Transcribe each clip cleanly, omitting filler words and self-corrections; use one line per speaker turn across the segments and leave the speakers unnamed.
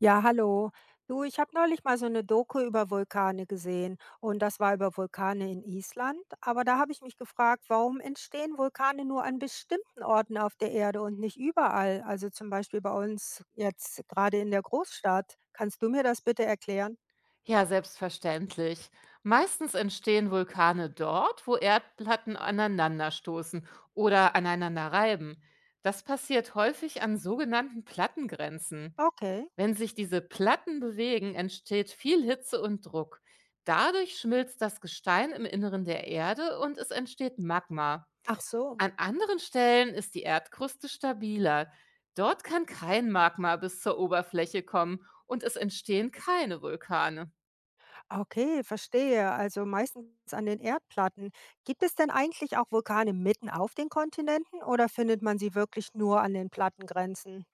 Ja, hallo. Du, ich habe neulich mal so eine Doku über Vulkane gesehen und das war über Vulkane in Island. Aber da habe ich mich gefragt, warum entstehen Vulkane nur an bestimmten Orten auf der Erde und nicht überall? Also zum Beispiel bei uns jetzt gerade in der Großstadt. Kannst du mir das bitte erklären?
Ja, selbstverständlich. Meistens entstehen Vulkane dort, wo Erdplatten aneinanderstoßen oder aneinander reiben. Das passiert häufig an sogenannten Plattengrenzen.
Okay.
Wenn sich diese Platten bewegen, entsteht viel Hitze und Druck. Dadurch schmilzt das Gestein im Inneren der Erde und es entsteht Magma.
Ach so.
An anderen Stellen ist die Erdkruste stabiler. Dort kann kein Magma bis zur Oberfläche kommen und es entstehen keine Vulkane.
Okay, verstehe. Also meistens an den Erdplatten. Gibt es denn eigentlich auch Vulkane mitten auf den Kontinenten oder findet man sie wirklich nur an den Plattengrenzen?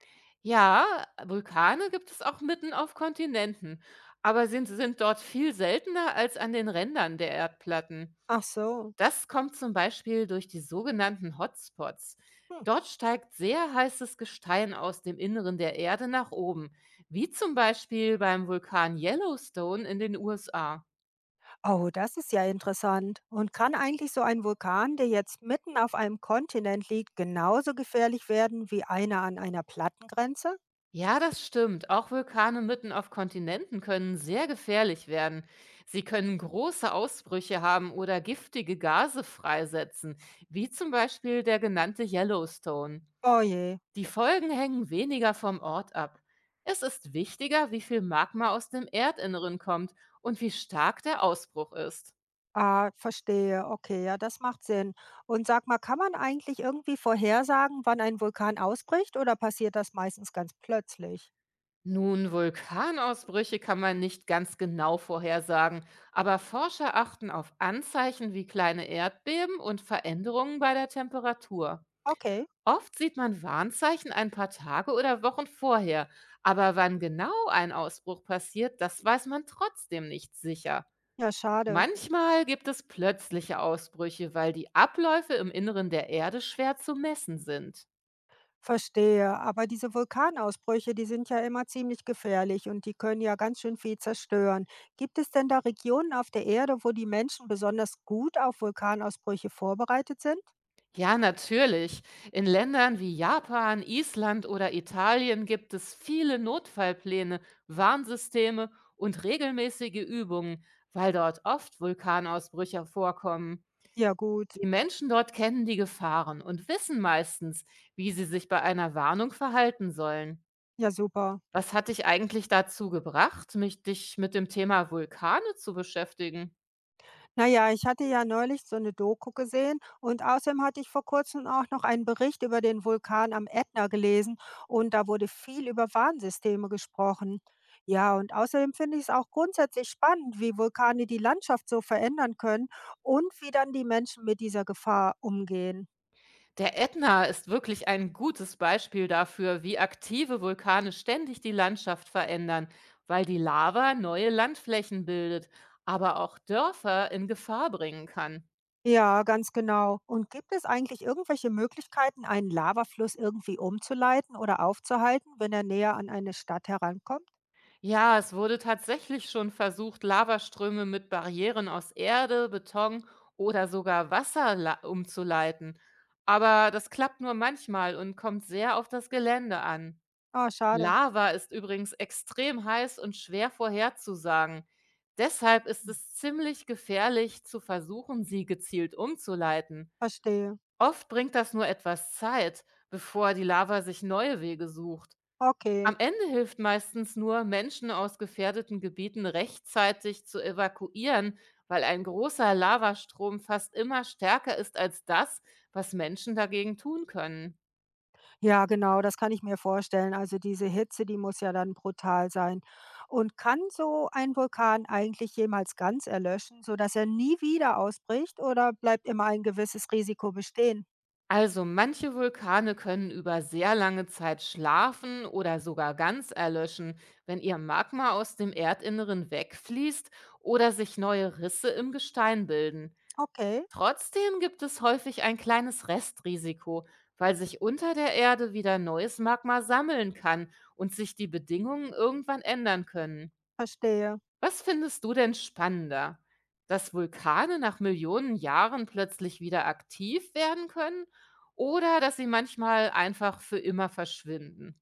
Ja, Vulkane gibt es auch mitten auf Kontinenten, aber sind dort viel seltener als an den Rändern der Erdplatten.
Ach so.
Das kommt zum Beispiel durch die sogenannten Hotspots.
Hm.
Dort steigt sehr heißes Gestein aus dem Inneren der Erde nach oben, wie zum Beispiel beim Vulkan Yellowstone in den USA.
Oh, das ist ja interessant. Und kann eigentlich so ein Vulkan, der jetzt mitten auf einem Kontinent liegt, genauso gefährlich werden wie einer an einer Plattengrenze?
Ja, das stimmt. Auch Vulkane mitten auf Kontinenten können sehr gefährlich werden. Sie können große Ausbrüche haben oder giftige Gase freisetzen, wie zum Beispiel der genannte Yellowstone.
Oh je.
Die Folgen hängen weniger vom Ort ab. Es ist wichtiger, wie viel Magma aus dem Erdinneren kommt und wie stark der Ausbruch ist.
Ah, verstehe. Okay, ja, das macht Sinn. Und sag mal, kann man eigentlich irgendwie vorhersagen, wann ein Vulkan ausbricht oder passiert das meistens ganz plötzlich?
Nun, Vulkanausbrüche kann man nicht ganz genau vorhersagen, aber Forscher achten auf Anzeichen wie kleine Erdbeben und Veränderungen bei der Temperatur.
Okay,
Oft sieht man Warnzeichen ein paar Tage oder Wochen vorher, aber wann genau ein Ausbruch passiert, das weiß man trotzdem nicht sicher.
ja, schade.
Manchmal gibt es plötzliche Ausbrüche, weil die Abläufe im Inneren der Erde schwer zu messen sind.
Verstehe, aber diese Vulkanausbrüche, die sind ja immer ziemlich gefährlich und die können ja ganz schön viel zerstören. Gibt es denn da Regionen auf der Erde, wo die Menschen besonders gut auf Vulkanausbrüche vorbereitet sind?
Ja, natürlich. In Ländern wie Japan, Island oder Italien gibt es viele Notfallpläne, Warnsysteme und regelmäßige Übungen, weil dort oft Vulkanausbrüche vorkommen.
Ja gut,
Die Menschen dort kennen die Gefahren und wissen meistens, wie sie sich bei einer Warnung verhalten sollen.
ja super.
Was hat dich eigentlich dazu gebracht, mich dich mit dem Thema Vulkane zu beschäftigen?
Naja, ich hatte ja neulich so eine Doku gesehen und außerdem hatte ich vor Kurzem auch noch einen Bericht über den Vulkan am Ätna gelesen und da wurde viel über Warnsysteme gesprochen. Ja, und außerdem finde ich es auch grundsätzlich spannend, wie Vulkane die Landschaft so verändern können und wie dann die Menschen mit dieser Gefahr umgehen.
Der Ätna ist wirklich ein gutes Beispiel dafür, wie aktive Vulkane ständig die Landschaft verändern, weil die Lava neue Landflächen bildet, aber auch Dörfer in Gefahr bringen kann.
Ja, ganz genau. Und gibt es eigentlich irgendwelche Möglichkeiten, einen Lavafluss irgendwie umzuleiten oder aufzuhalten, wenn er näher an eine Stadt herankommt?
Ja, es wurde tatsächlich schon versucht, Lavaströme mit Barrieren aus Erde, Beton oder sogar Wasser umzuleiten. Aber das klappt nur manchmal und kommt sehr auf das Gelände an.
Ah, schade.
Lava ist übrigens extrem heiß und schwer vorherzusagen. Deshalb ist es ziemlich gefährlich zu versuchen, sie gezielt umzuleiten.
Verstehe.
Oft bringt das nur etwas Zeit, bevor die Lava sich neue Wege sucht.
Okay.
Am Ende hilft meistens nur, Menschen aus gefährdeten Gebieten rechtzeitig zu evakuieren, weil ein großer Lavastrom fast immer stärker ist als das, was Menschen dagegen tun können.
Ja, genau, das kann ich mir vorstellen. Also diese Hitze, die muss ja dann brutal sein. Und kann so ein Vulkan eigentlich jemals ganz erlöschen, sodass er nie wieder ausbricht oder bleibt immer ein gewisses Risiko bestehen?
Also manche Vulkane können über sehr lange Zeit schlafen oder sogar ganz erlöschen, wenn ihr Magma aus dem Erdinneren wegfließt oder sich neue Risse im Gestein bilden.
Okay,
Trotzdem gibt es häufig ein kleines Restrisiko, weil sich unter der Erde wieder neues Magma sammeln kann und sich die Bedingungen irgendwann ändern können.
verstehe.
Was findest du denn spannender? Dass Vulkane nach Millionen Jahren plötzlich wieder aktiv werden können oder dass sie manchmal einfach für immer verschwinden?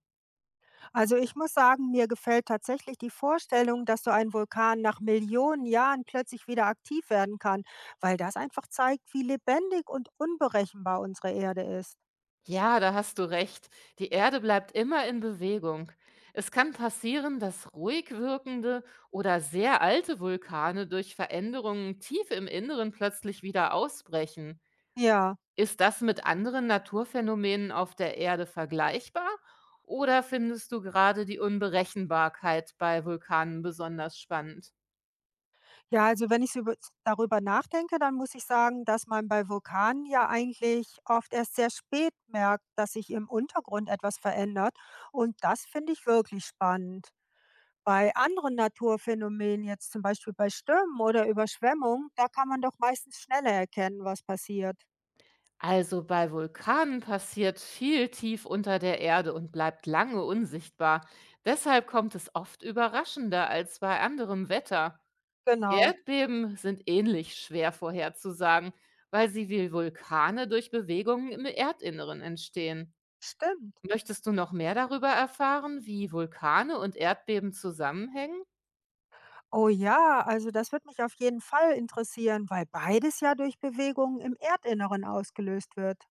Also ich muss sagen, mir gefällt tatsächlich die Vorstellung, dass so ein Vulkan nach Millionen Jahren plötzlich wieder aktiv werden kann, weil das einfach zeigt, wie lebendig und unberechenbar unsere Erde ist.
Ja, da hast du recht. Die Erde bleibt immer in Bewegung. Es kann passieren, dass ruhig wirkende oder sehr alte Vulkane durch Veränderungen tief im Inneren plötzlich wieder ausbrechen.
Ja.
Ist das mit anderen Naturphänomenen auf der Erde vergleichbar oder findest du gerade die Unberechenbarkeit bei Vulkanen besonders spannend?
Ja, also wenn ich so über darüber nachdenke, dann muss ich sagen, dass man bei Vulkanen ja eigentlich oft erst sehr spät merkt, dass sich im Untergrund etwas verändert. Und das finde ich wirklich spannend. Bei anderen Naturphänomenen, jetzt zum Beispiel bei Stürmen oder Überschwemmungen, da kann man doch meistens schneller erkennen, was passiert.
Also bei Vulkanen passiert viel tief unter der Erde und bleibt lange unsichtbar. Deshalb kommt es oft überraschender als bei anderem Wetter.
Genau,
Erdbeben sind ähnlich schwer vorherzusagen, weil sie wie Vulkane durch Bewegungen im Erdinneren entstehen.
stimmt.
Möchtest du noch mehr darüber erfahren, wie Vulkane und Erdbeben zusammenhängen?
Oh ja, also das wird mich auf jeden Fall interessieren, weil beides ja durch Bewegungen im Erdinneren ausgelöst wird.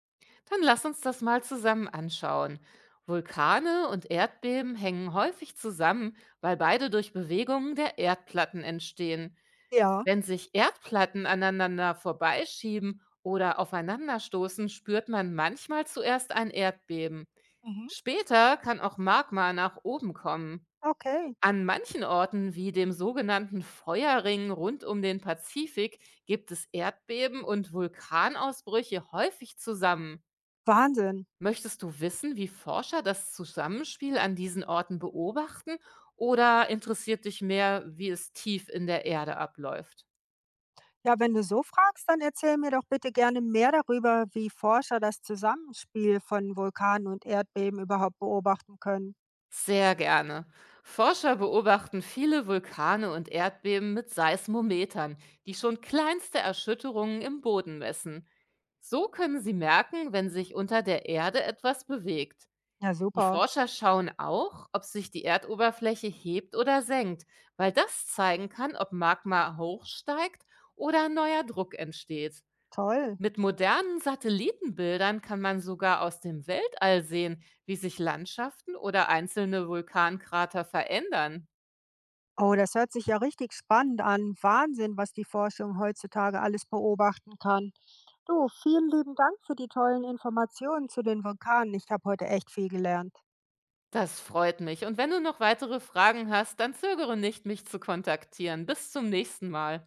Dann lass uns das mal zusammen anschauen. Vulkane und Erdbeben hängen häufig zusammen, weil beide durch Bewegungen der Erdplatten entstehen.
Ja,
Wenn sich Erdplatten aneinander vorbeischieben oder aufeinanderstoßen, spürt man manchmal zuerst ein Erdbeben.
mhm.
Später kann auch Magma nach oben kommen.
Okay,
An manchen Orten, wie dem sogenannten Feuerring rund um den Pazifik, gibt es Erdbeben und Vulkanausbrüche häufig zusammen.
Wahnsinn.
Möchtest du wissen, wie Forscher das Zusammenspiel an diesen Orten beobachten oder interessiert dich mehr, wie es tief in der Erde abläuft?
Ja, wenn du so fragst, dann erzähl mir doch bitte gerne mehr darüber, wie Forscher das Zusammenspiel von Vulkanen und Erdbeben überhaupt beobachten können.
Sehr gerne. Forscher beobachten viele Vulkane und Erdbeben mit Seismometern, die schon kleinste Erschütterungen im Boden messen. So können sie merken, wenn sich unter der Erde etwas bewegt.
Ja,
Die
super,
Forscher schauen auch, ob sich die Erdoberfläche hebt oder senkt, weil das zeigen kann, ob Magma hochsteigt oder neuer Druck entsteht.
toll.
Mit modernen Satellitenbildern kann man sogar aus dem Weltall sehen, wie sich Landschaften oder einzelne Vulkankrater verändern.
Oh, das hört sich ja richtig spannend an. Wahnsinn, was die Forschung heutzutage alles beobachten kann. Du, vielen lieben Dank für die tollen Informationen zu den Vulkanen. Ich habe heute echt viel gelernt.
Das freut mich. Und wenn du noch weitere Fragen hast, dann zögere nicht, mich zu kontaktieren. Bis zum nächsten Mal.